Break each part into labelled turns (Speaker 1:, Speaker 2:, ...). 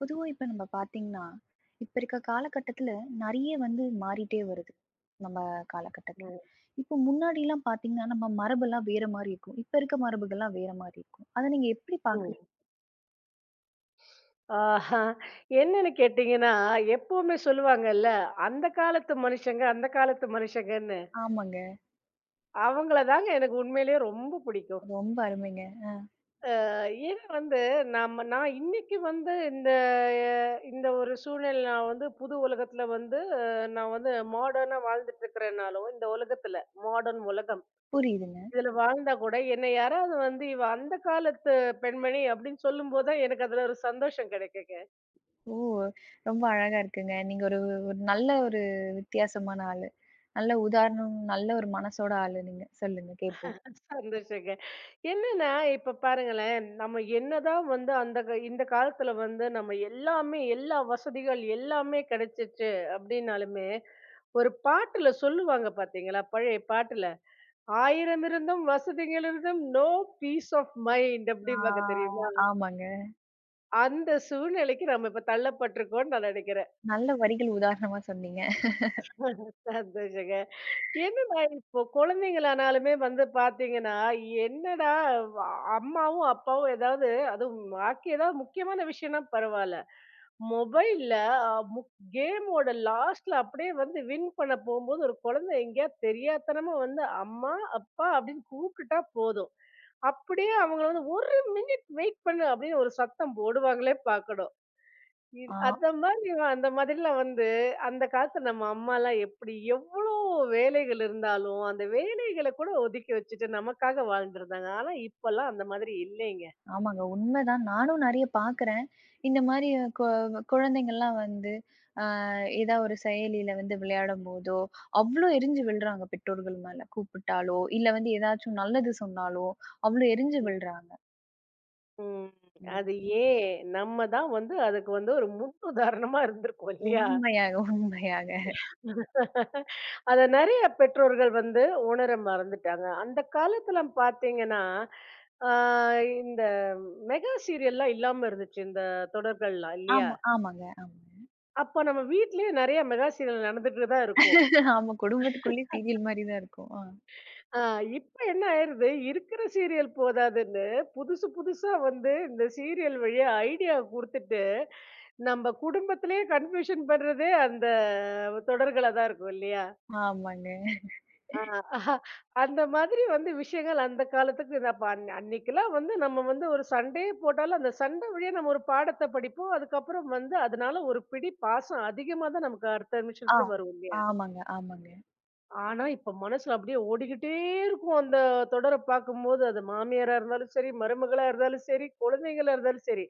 Speaker 1: பொதுவா இப்ப நம்ம பார்த்தீங்கன்னா, இப்ப இருக்க காலகட்டத்துல நெறைய வந்து மாறிட்டே வருது. நம்ம காலகட்டத்துல.
Speaker 2: ம்,
Speaker 1: இப்போ முன்னாடிலாம் பார்த்தீங்கன்னா, நம்ம மரபெல்லாம் வேற மாரி இருக்கும். இப்ப இருக்க மரபுகள்லாம் வேற மாரி இருக்கும். அத நீங்க எப்படி
Speaker 2: ம்.
Speaker 1: பார்க்குறீங்க?
Speaker 2: ஆஹா. என்னன்னு கேட்டீங்கன்னா, எப்பவுமே சொல்லுவாங்கல்ல, அந்த காலத்து மனுஷங்க, அந்த காலத்து மனுஷங்கன்னு.
Speaker 1: ஆமாங்க.
Speaker 2: அவங்கள தாங்க எனக்கு உண்மையிலேயே ரொம்ப பிடிக்கும்.
Speaker 1: ரொம்ப அருமைங்க. ஆ.
Speaker 2: அ ஏன்னா வந்து, நான் இன்னைக்கு வந்து இந்த அ இந்த ஒரு சூழ்நிலை நான் வந்து புது உலகத்துல வந்து நான் வந்து மாடர்னா வாழ்ந்துட்டு இருக்கிறேனாலும், இந்த உலகத்துல, மாடர்ன் உலகம்.
Speaker 1: புரியுதுங்க.
Speaker 2: இதுல வாழ்ந்தா கூட என்னை யாராவது வந்து, "இவ அந்த காலத்து பெண்மணி" அப்படின்னு சொல்லும்போது தான் எனக்கு அதுல ஒரு சந்தோஷம் கிடைக்குங்க.
Speaker 1: ஓ! ரொம்ப அழகா இருக்குங்க. நீங்க ஒரு ஒரு நல்ல ஒரு வித்தியாசமான ஆளு. நல்ல உதாரணம், நல்ல ஒரு மனசோட ஆளு நீங்க. சொல்லுங்க கேட்போம்.
Speaker 2: சந்தோஷங்க. என்னன்னா, இப்ப பாருங்களேன், நம்ம என்னதான் வந்து அந்த இந்த காலத்துல வந்து நம்ம எல்லாமே, எல்லா வசதிகள் எல்லாமே கிடைச்சிச்சு அப்படின்னாலுமே, ஒரு பாட்டுல சொல்லுவாங்க பாத்தீங்களா? பழைய பாட்டுல, "ஆயிரம் இருந்தும் வசதிகள் இருந்தும் நோ பீஸ் ஆஃப் மைண்ட்"
Speaker 1: ஆ
Speaker 2: அப்படிம்பாங்க தெரியுமா?
Speaker 1: ஆமாங்க.
Speaker 2: அந்த சூழ்நிலைக்கு நம்ம இப்ப தள்ளப்பட்டிருக்கோம்னு நான் நினைக்கிறேன்.
Speaker 1: நல்ல வரிகள் உதாரணமா சொன்னீங்க.
Speaker 2: சந்தோஷங்க. என்னன்னா, இப்போ குழந்தைங்களானாலுமே வந்து பார்த்தீங்கன்னா, என்னடா வ அம்மாவும், அப்பாவும் ஏதாவது அதுவும் பாக்கி ஏதாவது முக்கியமான விஷயம்னா பரவால்ல. மொபைல்ல அ முக் கேமோட லாஸ்ட்ல அப்படியே வந்து வின் பண்ண போம்போது, ஒரு குழந்தை எங்கேயா தெரியாத்தனமா வந்து அம்மா, அப்பா அப்படின்னு கூப்பிட்டுட்டா போதும். அப்படியே அவங்கள வந்து 1 மினிட் வெயிட் பண்ணு அப்படின்னு ஒரு சத்தம் போடுவாங்களே பார்க்கணும். இது
Speaker 1: ஆ.
Speaker 2: அந்த மாதிரி அந்த மாதிரிலாம் வந்து, அந்த காலத்துல நம்ம அம்மாலாம் எப்படி எவ்ளோ வேலைகள் இருந்தாலும், அந்த வேலைகள கூட ஒதுக்கி வச்சுட்டு நமக்காக வாழ்ந்திருந்தாங்க. ஆனா இப்பலாம் அந்த மாதிரி இல்லைங்க.
Speaker 1: ஆமாங்க. உண்மைதான். நானும் நெறைய பாக்குறேன். இந்த மாரி கொ குழந்தைங்கள்லாம் வந்து, அ ஏதா ஒரு செயலியில வந்து விளையாடும்போதோ, அவ்ளோ எரிஞ்சு விழுறாங்க பெற்றோர்கள் மேல. கூப்பிட்டாலோ, இல்ல வந்து ஏதாச்சும் நல்லது சொன்னாலோ, அவ்ளோ எரிஞ்சு விழுறாங்க.
Speaker 2: ம்.
Speaker 1: ம்.
Speaker 2: அது ஏன்? நம்ம தான் வந்து அதுக்கு வந்து ஒரு முன்னுதாரணமா இருந்திருக்கோம் இல்லையா?
Speaker 1: உண்மையாக, உண்மையாக.
Speaker 2: அத நெறைய பெற்றோர்கள் வந்து உணர மறந்துட்டாங்க. அந்த காலத்துல பாத்தீங்கன்னா, ஆ இந்த மெகா சீரியல்லாம் இல்லாம இருந்துச்சு இந்த தொடர்கள்லாம் இல்லையா?
Speaker 1: ஆமா, ஆமாங்க, ஆமாங்க.
Speaker 2: அப்ப நம்ம வீட்லயே நெறைய மெகா சீரியல் நடந்துட்டு தான் இருக்கும்.
Speaker 1: ஆமா குடும்பத்துக்குள்ளேயே சீரியல் மாரி தான் இருக்கும். ஆ.
Speaker 2: ஆ இப்ப என்ன ஆயிருது, இருக்கிற சீரியல் போதாதுன்னு புதுசு புதுசா வந்து இந்த சீரியல் வழியா ஐடியா குடுத்துட்டு, நம்ம குடும்பத்திலேயே கன்ஃப்யூஷன் பண்றதே அந்த தொடர்களா தான் இருக்கும் இல்லையா?
Speaker 1: ஆமாங்க.
Speaker 2: ஆ அந்த மாதிரி வந்து விஷயங்கள் அந்த காலத்துக்கு இது. அப்ப அன்னைக்கெல்லாம் வந்து நம்ம வந்து ஒரு சண்டையே போட்டாலும், அந்த சண்டை வழியா நம்ம ஒரு பாடத்த படிப்போம். அதுக்கப்புறம் வந்து அதனால ஒரு பிடி பாசம் அதிகமா தான் நமக்கு அடுத்த
Speaker 1: ஆ.
Speaker 2: நிமிஷத்துல வரும் இல்லையா?
Speaker 1: ஆமாங்க, ஆமாங்க.
Speaker 2: ஆனா, இப்ப மனசுல அப்படியே ஓடிக்கிட்டே இருக்கும். அந்த தொடர பார்க்கும்போது, அது மாமியாரா இருந்தாலும் சரி, மருமகளா இருந்தாலும் சரி, குழந்தைங்களா இருந்தாலும் சரி.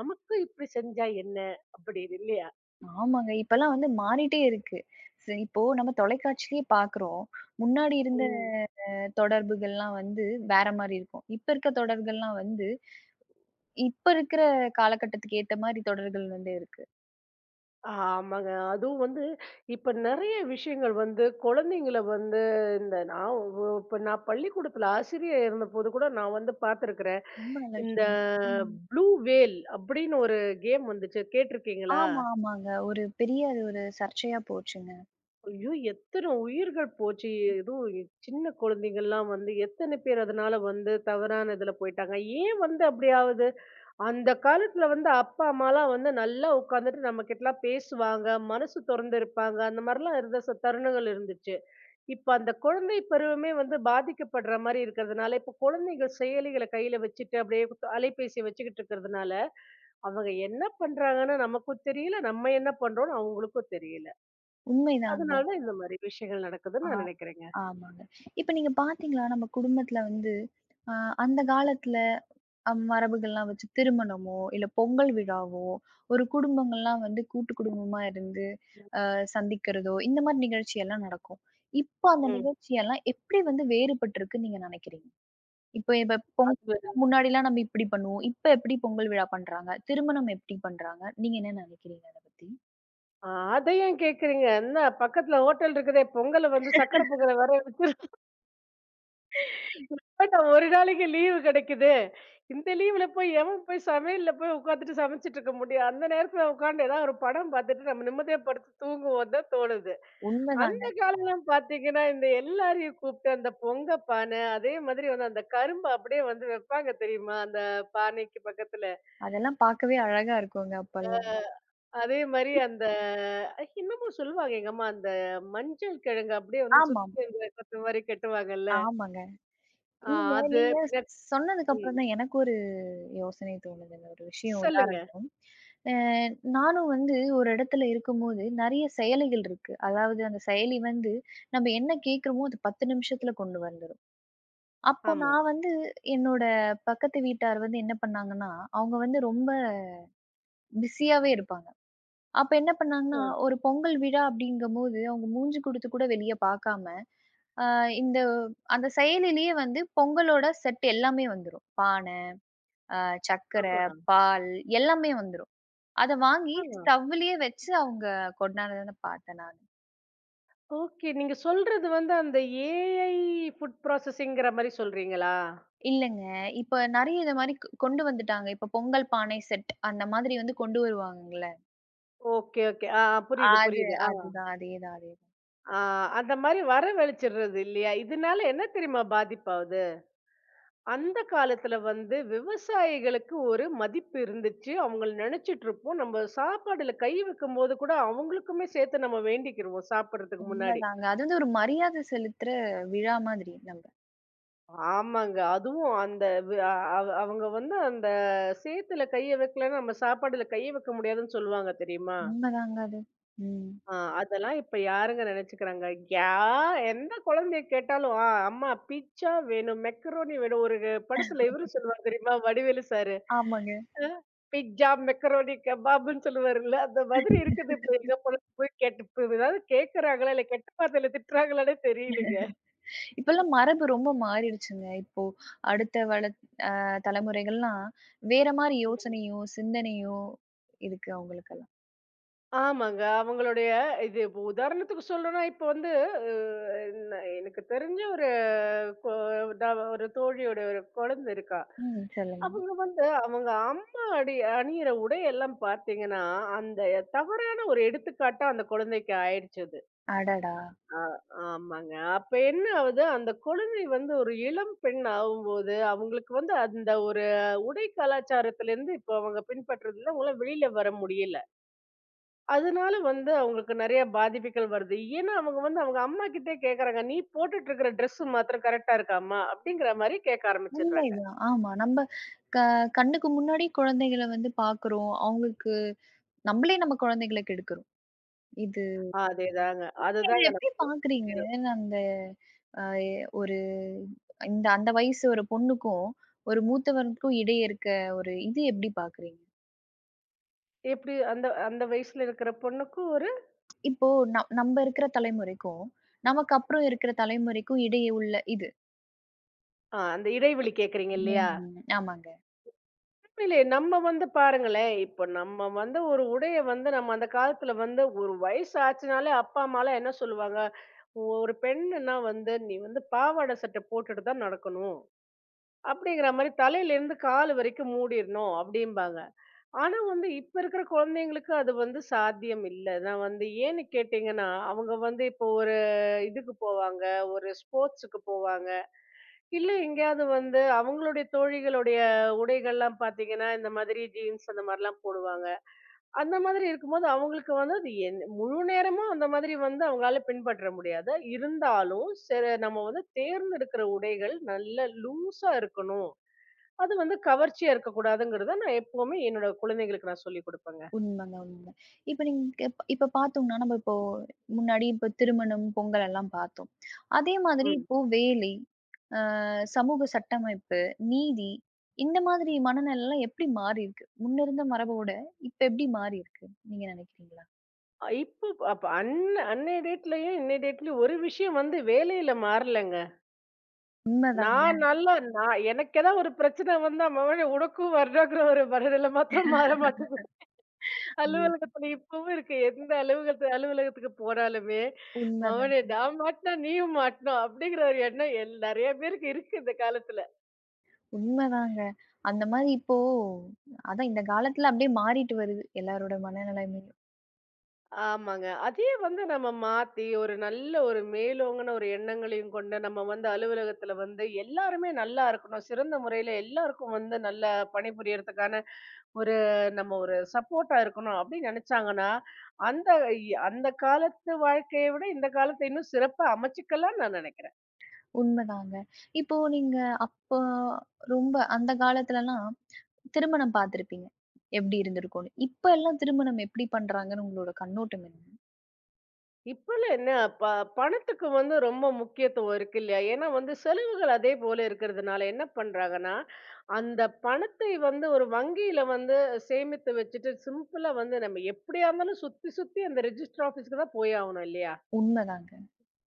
Speaker 2: "நமக்கு இப்படி செஞ்சா என்ன?" அப்படின்னு இல்லையா?
Speaker 1: ஆமாங்க. இப்பலாம் வந்து மாறிட்டே இருக்கு. சரி இப்போ நம்ம தொலைக்காட்சியிலேயே பாக்குறோம். முன்னாடி இருந்த
Speaker 2: ம்.
Speaker 1: தொடர்புகள்லாம் வந்து வேற மாரி இருக்கும். இப்ப இருக்க தொடர்கள்லாம் வந்து, இப்ப இருக்கிற காலகட்டத்துக்கு ஏத்த மாரி தொடர்கள் வந்து இருக்கு.
Speaker 2: ஆமாங்க. அதுவும் வந்து இப்ப நெறைய விஷயங்கள் வந்து குழந்தைங்கள வந்து இந்த நான் ஒ இப்ப நான் பள்ளிக்கூடத்துல ஆசிரியா இருந்தபோது கூட நான் வந்து பார்த்துருக்கிறேன்.
Speaker 1: ரொம்ப நல்ல
Speaker 2: இந்த
Speaker 1: விஷயம். ம்.
Speaker 2: ப்ளூ வேல் அப்படின்னு ஒரு கேம் வந்துச்சு. கேட்டிருக்கீங்களா?
Speaker 1: ஆமா, ஆமாங்க. ஒரு பெரிய அது ஒரு சர்ச்சையா போச்சுங்க.
Speaker 2: ஐயோ! எத்தன உயிர்கள் போச்சு. அதுவும் சின்ன குழந்தைங்கள்லாம் வந்து எத்தன பேர் அதனால வந்து தவறான இதுல போயிட்டாங்க. ஏன் வந்து அப்படி ஆவுது? அந்த காலத்துல வந்து அப்பா, அம்மாலாம் வந்து நல்லா உட்காந்துட்டு நம்மகிட்டலாம் பேசுவாங்க. மனசு தொறந்து இருப்பாங்க. அந்த மாரிலாம் இருந்த தருணங்கள் இருந்துச்சு. இப்ப அந்த குழந்தை பருவமே வந்து பாதிக்கப்படுற மாரி இருக்கிறதுனால, இப்ப குழந்தைகள் செயலிகள கையில வச்சுட்டு அப்படியே அலைபேசிய வச்சுக்கிட்டு இருக்கிறதுனால, அவங்க என்ன பண்றாங்கன்னு நமக்கும் தெரியல, நம்ம என்ன பண்றோம்ன்னு அவங்களுக்கும் தெரியல.
Speaker 1: உண்மைதாங்க.
Speaker 2: அதனால இந்த மாரி விஷயங்கள்
Speaker 1: ஆ,
Speaker 2: நடக்குதுன்னு நான் நினைக்கிறேங்க.
Speaker 1: ஆமாங்க. இப்ப நீங்க பார்த்தீங்களா, நம்ம குடும்பத்துல வந்து அ அந்த காலத்துல மரபுகள்லாம் வச்சு திருமணமோ, இல்ல பொங்கல் விழாவோ, ஒரு குடும்பங்கள்லாம் வந்து கூட்டு குடும்பமா இருந்து சந்திக்கிறதோ, இந்த மாரி நிகழ்ச்சி எல்லாம் நடக்கும். இப்ப அந்த
Speaker 2: ம்.
Speaker 1: நிகழ்ச்சியெல்லாம் எப்படி வந்து வேறுபட்டிருக்குன்னு நீங்க நினைக்கிறீங்க? இப்ப இப்ப பொங்
Speaker 2: அது
Speaker 1: முன்னாடிலாம் நம்ம இப்படி பண்ணுவோம். இப்ப எப்படி பொங்கல் விழா பண்றாங்க? திருமணம் எப்படி பண்றாங்க? நீங்க என்ன நினைக்கிறீங்க அத பத்தி?
Speaker 2: ஆ அத ஏன் கேட்கிறீங்க? என்ன பக்கத்துல ஹோட்டல் இருக்குதே, பொங்கல வந்து சக்கர பொங்கல வேற வச்சுருவாங்க. ஒரு நாளைக்கு லீவு கிடைக்குது. இந்த லீவுல போய் எவன் போய் சமையல்ல போய் உட்காந்துட்டு சமைச்சுட்டு இருக்க முடியும்? அந்த நேரத்துல உட்கார்ந்து ஏதாவது ஒரு படம் பார்த்துட்டு நம்ம நிம்மதியா படுத்து தூங்குவோம் தான் தோணுது.
Speaker 1: உண்மைதாங்க.
Speaker 2: அந்த காலம்லாம் பார்த்தீங்கன்னா, இந்த எல்லாரையும் கூப்பிட்டு அந்த பொங்க பானை, அதே மாதிரி வந்து அந்த கரும்ப அப்படியே வந்து வைப்பாங்க தெரியுமா? அந்த பானைக்கு பக்கத்துல.
Speaker 1: அதெல்லாம் பார்க்கவே அழகா இருக்குங்க அப்பல்லாம்.
Speaker 2: அதே மாரி அந்த இன்னமும் சொல்லுவாங்க எங்க அம்மா, அந்த மஞ்சள் கிழங்கு அப்படியே வந்து
Speaker 1: ஆமாம்.
Speaker 2: சுத்தி அந்த கொத்து மாரி கட்டுவாங்கல்ல.
Speaker 1: ஆமாங்க.
Speaker 2: ஆ
Speaker 1: நீங்க
Speaker 2: அது
Speaker 1: நீங்க
Speaker 2: பின்ன
Speaker 1: சொன்னதுக்கு அப்புறம்
Speaker 2: ம்.
Speaker 1: தான் எனக்கு ஒரு யோசனை தோணுது. இந்த ஒரு விஷயம்
Speaker 2: சொல்லுங்க.
Speaker 1: உதாரணம். அ நானும் வந்து ஒரு இடத்துல இருக்கும்போது நெறைய செயலிகள் இருக்கு. அதாவது அந்த செயலி வந்து நம்ம என்ன கேட்கிறோமோ அது 10 நிமிஷத்துல கொண்டு வந்துரும். அப்போ
Speaker 2: ஆமா.
Speaker 1: நான் வந்து என்னோட பக்கத்து வீட்டார் வந்து என்ன பண்ணாங்கன்னா, அவங்க வந்து ரொம்ப பிஸியாவே இருப்பாங்க. அப்ப என்ன
Speaker 2: அ.
Speaker 1: பண்ணாங்கன்னா, ஒரு பொங்கல் விழா அப்படிங்கும்போது அவங்க மூஞ்சி குடுத்து கூட வெளிய பார்க்காம, அ இந்த அந்த செயலிலேயே வந்து பொங்கலோட செட் எல்லாமே வந்துரும். பானை, அ சர்க்கரை,
Speaker 2: ஆமா,
Speaker 1: பால் எல்லாமே வந்துரும். அத வாங்கி
Speaker 2: ஆமா.
Speaker 1: ஸ்டவ்வுலயே வச்சு அவங்க கொண்டாடுனத பார்த்தேன் நானு.
Speaker 2: ஓகே. நீங்க சொல்றது வந்து அந்த ஏஐ ஃபுட் ப்ராசஸிங்கிற மாரி சொல்றீங்களா?
Speaker 1: இல்லங்க. இப்ப நெறைய இது மாரி கொண்டு வந்துட்டாங்க. இப்ப பொங்கல் பானை செட் அந்த மாதிரி வந்து கொண்டு வருவாங்கல்ல.
Speaker 2: Okay, okay. புரியுது,
Speaker 1: அது
Speaker 2: புரியுது. ஆ.
Speaker 1: அதுதான். அதேதான், அதேதான்.
Speaker 2: ஆ அந்த மாரி வரவழிச்சிடுறது இல்லையா? இதனால என்ன தெரியுமா பாதிப்பாவுது? அந்த காலத்துல வந்து விவசாயிகளுக்கு ஒரு மதிப்பு இருந்துச்சு. அவங்கள நெனச்சிட்டு இருப்போம். நம்ம சாப்பாடுல கை வைக்கும்போது கூட அவங்களுக்குமே சேர்த்து நம்ம வேண்டிக்கிருவோம் சாப்பிடுறதுக்கு முன்னாடி.
Speaker 1: உண்மதாங்க. அது வந்து ஒரு மரியாதை செலுத்துற விழா மாதிரி நம்ப.
Speaker 2: ஆமாங்க. அதுவும் அந்த வி அ அவ் அவங்க வந்து அந்த சேத்துல கைய வைக்கலன்னா, நம்ம சாப்பாடுல கைய வைக்க முடியாதுன்னு சொல்லுவாங்க தெரியுமா?
Speaker 1: உண்மதாங்க அது. ம்.
Speaker 2: ஆ அதெல்லாம் இப்ப யாருங்க நெனச்சுக்கிறாங்க? யா எந்த குழந்தைய கேட்டாலும், "ஆ அம்மா பிட்ஸா வேணும், மெக்கரோனி வேணும்." ஒரு படத்துல இவரு சொல்லுவாரு தெரியுமா? வடிவேலு சார்.
Speaker 1: ஆமாங்க.
Speaker 2: அ பிட்ஜா, மெக்கரோனி கபாப்ன்னு சொல்லுவாருல்ல, அந்த மாதிரி இருக்குது இப்ப எங்க போனாலும் போய் கேட்டு இப்ப ஏதாவது கேட்கறாங்களா? இல்ல கெட்ட வார்த்தையில திட்டுறாங்களான்னே தெரியலங்க.
Speaker 1: இப்பல்லாம் மரபு ரொம்ப மாறிடுச்சுங்க. இப்போ அடுத்த வள அ தலைமுறைகள்லாம் வேற மாரி யோசனையும், சிந்தனையும் இருக்கு அவங்களுக்கெல்லாம்.
Speaker 2: ஆமாங்க. அவங்களுடைய இது இப்ப உதாரணத்துக்கு சொல்லணும்னா, இப்ப வந்து அ ந எனக்கு தெரிஞ்ச ஒரு கொ நான் ஒரு தோழியோட ஒரு குழந்தை இருக்கா.
Speaker 1: ம். சொல்லுங்க.
Speaker 2: அவங்க வந்து அவங்க அம்மா அணியிற உடையெல்லாம் பார்த்தீங்கன்னா, அந்த தவறான ஒரு எடுத்துக்காட்டா அந்த குழந்தைக்கு ஆயிடுச்சு அது.
Speaker 1: அடடா!
Speaker 2: ஆ, ஆமாங்க. அப்ப என்ன ஆவுது, அந்த குழந்தை வந்து ஒரு இளம் பெண் ஆவும்போது, அவங்களுக்கு வந்து அந்த ஒரு உடை கலாச்சாரத்திலேருந்து இப்ப அவங்க பின்பற்றதுல அவங்களால வெளியில வர முடியல. அதனால வந்து அவங்களுக்கு நெறைய பாதிப்புகள் வருது. ஏன்னா, அவங்க வந்து அவங்க அம்மாகிட்டயே கேட்கறாங்க, "நீ போட்டுட்டு இருக்கிற ட்ரெஸ் மாத்திரம் கரெக்ட்டா இருக்கா அம்மா?" அப்படிங்கிற மாரி கேட்க ஆரம்பிச்சுடுறாங்க.
Speaker 1: உண்மைதான். ஆமா. நம்ம க கண்ணுக்கு முன்னாடி குழந்தைகள வந்து பாக்குறோம். அவங்களுக்கு நம்மளே நம்ம குழந்தைகள கெடுக்குறோம். இது
Speaker 2: அதேதாங்க,
Speaker 1: இது
Speaker 2: அதுதாங்க நான்
Speaker 1: எப்படி பாக்குறீங்க? அந்த அ ஒரு அந்த வயசு ஒரு பொண்ணுக்கும், ஒரு மூத்தவருக்கும் இடையே இருக்க ஒரு இது எப்படி பாக்குறீங்க?
Speaker 2: இப்படி அந்த அந்த வயசுல இருக்கிற பொண்ணுக்கும் ஒரு
Speaker 1: இப்போ நம்ம இருக்கிற தலைமுறைக்கும், நமக்கு அப்புறம் இருக்கிற தலைமுறைக்கும் இடையே உள்ள இது.
Speaker 2: அந்த இடைவெளி கேட்கறீங்க இல்லையா?
Speaker 1: ம். ஆமாங்க.
Speaker 2: இல்ல நம்ம வந்து பாருங்களேன், இப்ப நம்ம வந்து ஒரு உடைய வந்து நம்ம அந்த காலத்துல வந்து ஒரு வயசு ஆச்சுனாலே அப்பா அம்மாலாம் என்ன சொல்லுவாங்க, ஒரு பெண்ணுன்னா வந்து நீ வந்து பாவாடை சட்டை போட்டுட்டு தான் நடக்கணும். அப்படிங்கிற மாரி தலையில இருந்து கால் வரைக்கும் மூடிரணும் அப்படிம்பாங்க. ஆனா வந்து இப்ப இருக்கிற குழந்தைங்களுக்கு அது வந்து சாத்தியம் இல்ல. நான் வந்து ஏன்னு கேட்டீங்கன்னா, அவங்க வந்து இப்போ ஒரு இதுக்கு போவாங்க, ஒரு ஸ்போர்ட்ஸுக்கு போவாங்க. இல்ல எங்கேயாவது வந்து அவங்களுடைய தோழிகளுடைய உடைகள்லாம் பாத்தீங்கன்னா, இந்த மாதிரி ஜீன்ஸ் அந்த மாரிலாம் போடுவாங்க. அந்த மாதிரி இருக்கும்போது அவங்களுக்கு வந்து அது என் முழு நேரமும் அந்த மாதிரி வந்து அவங்களால பின்பற்ற முடியாது. இருந்தாலும் சரி நம்ம வந்து தேர்ந்தெடுக்கிற உடைகள் நல்ல லூஸா இருக்கணும். அது வந்து கவர்ச்சியா இருக்கக்கூடாதுங்கிறத நான் எப்பவுமே என்னோட குழந்தைகளுக்கு நான் சொல்லிக் குடுப்பேங்க.
Speaker 1: உண்மங்க, உண்ம. இப்ப நீங்க இப்ப பார்த்தோம்னா, நம்ம இப்போ முன்னாடி இப்ப திருமணம், பொங்கல் எல்லாம் பார்த்தோம். அதே மாதிரி
Speaker 2: ம்.
Speaker 1: இப்போ வேலை, அ சமூக சட்டமைப்பு, நீதி இந்த மாதிரி மனநிலைலாம் எப்படி மாறியிருக்கு? முன்ன இருந்த மரபோட இப்ப எப்படி மாறியிருக்கு? நீங்க நினைக்கிறீங்களா?
Speaker 2: இப்ப அப்ப அன்ன அன்னைய டேட்லயும், இன்னைய டேட்லயும் ஒரு விஷயம் வந்து வேலையில மாறலங்க.
Speaker 1: உண்மதாங்க.
Speaker 2: நான் எனக்கு ஏதாவது ஒரு பிரச்சனை வந்தா, "மவனே உனக்கும் வருடாங்கிற ஒரு மனநிலை மாத்திரம் மாற மாட்டேங்குது."
Speaker 1: அது எப்
Speaker 2: அலுவலகத்துல இப்பவும் இருக்கு. எந்த அலுவலகத்துக்கு போனாலுமே,
Speaker 1: உண்மதான்.
Speaker 2: "மவனே நான் மாட்டினா நீயும் மாட்டணும்." அப்படிங்கிற ஒரு எண்ணம் நெறைய பேருக்கு இருக்கு இந்த காலத்துல.
Speaker 1: உண்மதாங்க. அந்த மாரி இப்போ அதான் இந்த காலத்துல அப்படியே மாறிட்டு வருது எல்லாரோட மனநிலைமையும்.
Speaker 2: ஆமாங்க. அதே வந்து நம்ம மாத்தி ஒரு நல்ல ஒரு மேலோங்குன ஒரு எண்ணங்களையும் கொண்டு நம்ம வந்து அலுவலகத்துல வந்து எல்லாருமே நல்லா இருக்கணும். சிறந்த முறையில எல்லாருக்கும் வந்து நல்லா பணிபுரியறதுக்கான ஒரு நம்ம ஒரு சப்போர்ட்டா இருக்கணும் அப்படின்னு நினைச்சாங்கன்னா, அந்த அந்த காலத்து வாழ்க்கைய விட இந்த காலத்த இன்னும் சிறப்பா அமைச்சுக்கலாம்னு நான் நினைக்கிறேன்.
Speaker 1: உண்மதாங்க. இப்போ நீங்க அப்போ ரொம்ப அந்த காலத்துலலாம் திருமணம் பார்த்திருப்பீங்க. எப்படி இருந்திருக்கும்னு. இப்ப எல்லாம் திருமணம் எப்படி பண்றாங்கன்னு உங்களோட கண்ணோட்டம் என்ன?
Speaker 2: இப்பல்லாம் என்ன ப பணத்துக்கு வந்து ரொம்ப முக்கியத்துவம் இருக்கு இல்லையா? ஏன்னா வந்து செலவுகள் அதே போல இருக்கிறதுனால என்ன பண்றாங்கன்னா, அந்த பணத்தை வந்து ஒரு வங்கியில வந்து சேமித்து வச்சுட்டு சிம்பிளா வந்து நம்ம எப்படியா இருந்தாலும் சுத்தி சுத்தி அந்த ரெஜிஸ்டர் ஆஃபீஸ்க்கு தான் போய் ஆகணும் இல்லையா?
Speaker 1: உண்மதாங்க,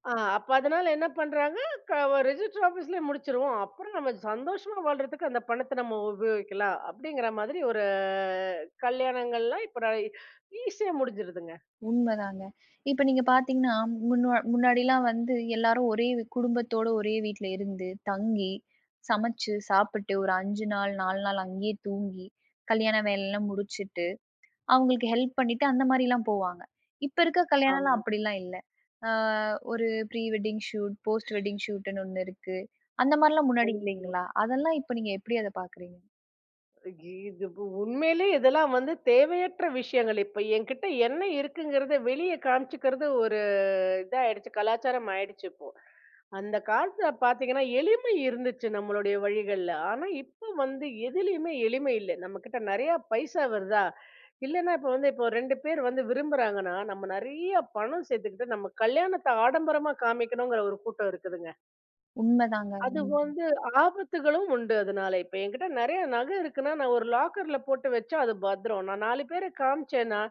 Speaker 2: அப்ப அதனால என்ன பண்றாங்க, க ரிஜிஸ்டர் ஆஃபீஸ்லயே முடிச்சிருவோம். அப்புறம் நம்ம சந்தோஷமா வாழ்றதுக்கு அந்த பணத்த நம்ம உபயோகிக்கலாம். அப்படிங்கிற மாதிரி ஒரு கல்யாணங்கள்லாம் இப்ப நான் ஈஸியா முடிஞ்சிருதுங்க.
Speaker 1: உண்மதாங்க. இப்ப நீங்க பார்த்தீங்கன்னா, முன்னாடிலாம் வந்து எல்லாரும் ஒரே குடும்பத்தோட ஒரே வீட்ல இருந்து, தங்கி, சமைச்சு, சாப்பிட்டு ஒரு 5 நாள், 4 நாள் அங்கேயே தூங்கி, கல்யாண வேலைலாம் முடிச்சுட்டு அவங்களுக்கு ஹெல்ப் பண்ணிட்டு அந்த மாரிலாம் போவாங்க. இப்ப இருக்க
Speaker 2: ஆமா.
Speaker 1: கல்யாணம்லாம் அப்படிலாம் இல்ல. ஆ ஒரு pre wedding shoot, post wedding ஷூட்ன்னு ஒண்ணு இருக்கு. அந்த மாரிலாம் முன்னாடி
Speaker 2: உண்ம.
Speaker 1: இல்லைங்களா? அதெல்லாம் இப்ப நீங்க எப்படி அத பாக்குறீங்க?
Speaker 2: இது உண்மையிலேயே இதெல்லாம் வந்து தேவையற்ற விஷயங்கள். இப்ப என்கிட்ட என்ன இருக்குங்கிறத வெளிய காமிச்சுக்கிறது ஒரு இதாயிடுச்சு, கலாச்சாரம் ஆயிடுச்சு இப்போ. அந்த காலத்துல பாத்தீங்கன்னா எளிமை இருந்துச்சு நம்மளுடைய வழிகள்ல. ஆனா இப்ப வந்து எதுலயுமே எளிமை இல்லை. நம்ம கிட்ட நிறைய பைசா வருதா இல்லைன்னா இப்ப வந்து இப்போ ரெண்டு பேர் வந்து விரும்புறாங்கன்னா நம்ம நிறைய பணம் சேர்த்துக்கிட்டு நம்ம கல்யாணத்தை ஆடம்பரமா காமிக்கணுங்கிற ஒரு கூட்டம் இருக்குதுங்க.
Speaker 1: உண்மதாங்க.
Speaker 2: அது
Speaker 1: ம்.
Speaker 2: வந்து ஆபத்துகளும் உண்டு. அதனால இப்ப என்கிட்ட நிறைய நகை இருக்குன்னா நான் ஒரு லாக்கர்ல போட்டு வச்சா அது பத்திரம். நான் நாலு பேரை காமிச்சேன்னா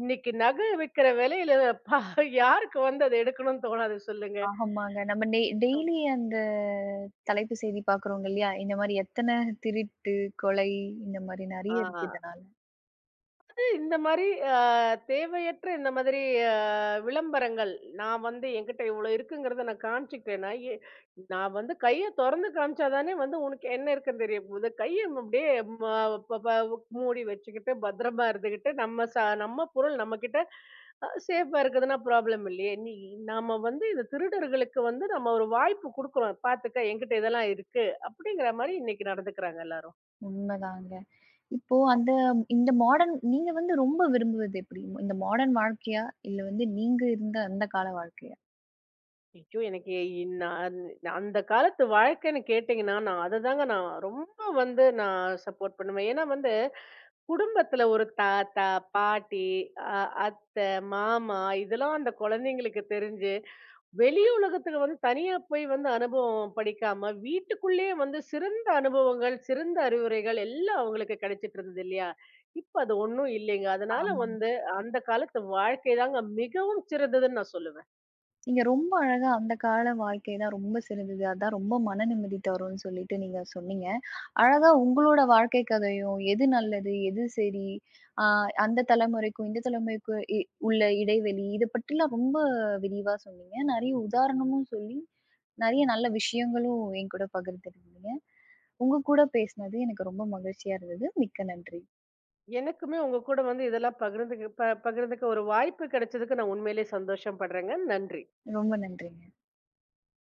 Speaker 2: இன்னைக்கு நகை விற்கிற விலையில யாருக்கு வந்து அதை எடுக்கணும்னு தோணாது சொல்லுங்க.
Speaker 1: ஆமாங்க. நம்ம டெய்லி அந்த தலைப்பு செய்தி பாக்குறோங்க இல்லையா? இந்த மாரி எத்தன திருட்டு, கொலை இந்த மாரி
Speaker 2: ஆ
Speaker 1: நெறைய இருக்கு இதனால.
Speaker 2: இந்த மாதிரி அ தேவையற்ற இந்த மாதிரி அ விளம்பரங்கள், நான் வந்து என்கிட்ட இவ்வளோ இருக்குங்கிறத நான் காமிச்சுக்கிட்டேன்னா, நான் வந்து கைய தொறந்து காமிச்சா தானே வந்து உனக்கு என்ன இருக்குன்னு தெரிய போகுது. கைய அப்படியே ம ப ப மூடி வச்சுக்கிட்டு, பத்திரமா இருந்துகிட்டு, நம்ம பொருள் நம்மகிட்ட சேஃபா இருக்குதுன்னா ப்ராப்ளம் இல்லையே. நாம வந்து இந்த திருடர்களுக்கு வந்து நம்ம ஒரு வாய்ப்பு குடுக்குறோம். பாத்துக்க என்கிட்ட இதெல்லாம் இருக்கு. அப்படிங்கிற மாரி இன்னைக்கு நடந்துக்கிறாங்க எல்லாரும்.
Speaker 1: உண்மதாங்க. இப்போ இந்த மாடர்ன் நீங்க வந்து ரொம்ப விரும்புவது எப்படி? இந்த மாடர்ன் வாழ்க்கையா? இல்ல வந்து நீங்க இருந்த அந்த கால வாழ்க்கையா?
Speaker 2: ஐயோ! எனக்கு நான் அந்த காலத்து வாழ்க்கைன்னு கேட்டீங்கன்னா, நான் அததாங்க நான் ரொம்ப வந்து நான் சப்போர்ட் பண்ணுவேன். ஏன்னா வந்து, குடும்பத்துல ஒரு தாத்தா, பாட்டி, அ அத்தை, மாமா இதெல்லாம் அந்த குழந்தைங்களுக்கு தெரிஞ்சு, வெளி உலகத்துக்கு வந்து தனியா போய் வந்து அனுபவம் படிக்காம, வீட்டுக்குள்ளேயே வந்து சிறந்த அனுபவங்கள், சிறந்த அறிவுரைகள் எல்லாம் அவங்களுக்கு கிடைச்சிட்டு இருந்தது இல்லையா? இப்ப அது ஒண்ணும் இல்லைங்க. அதனால
Speaker 1: ஆமா.
Speaker 2: வந்து அந்த காலத்து வாழ்க்கை தாங்க மிகவும் சிறந்ததுன்னு நான் சொல்லுவேன்.
Speaker 1: நீங்க ரொம்ப அழகா அந்த கால வாழ்க்கை தான் ரொம்ப சிறந்தது. அதான் ரொம்ப மன நிம்மதி தரும்னு சொல்லிட்டு நீங்க சொன்னீங்க. அழகா உங்களோட வாழ்க்கை கதையும், எது நல்லது, எது சரி, ஆ அந்த தலைமுறைக்கும், இந்த தலைமுறைக்கும் உள்ள இடைவெளி, இத பற்றிலாம் ரொம்ப விரிவா சொன்னீங்க. நெறைய உதாரணமும் சொல்லி, நெறைய நல்ல விஷயங்களும் என் கூட பகிர்ந்துக்கிட்டீங்க. உங்க கூட பேசினது எனக்கு ரொம்ப மகிழ்ச்சியா இருந்தது. மிக்க நன்றி.
Speaker 2: எனக்குமே உங்க கூட வந்து இதெல்லாம் பகிர்ந்துக்க ஒரு வாய்ப்பு கிடைச்சதுக்கு நான் உண்மையிலேயே சந்தோஷம் படுறேங்க. நன்றி.
Speaker 1: ரொம்ப நன்றிங்க.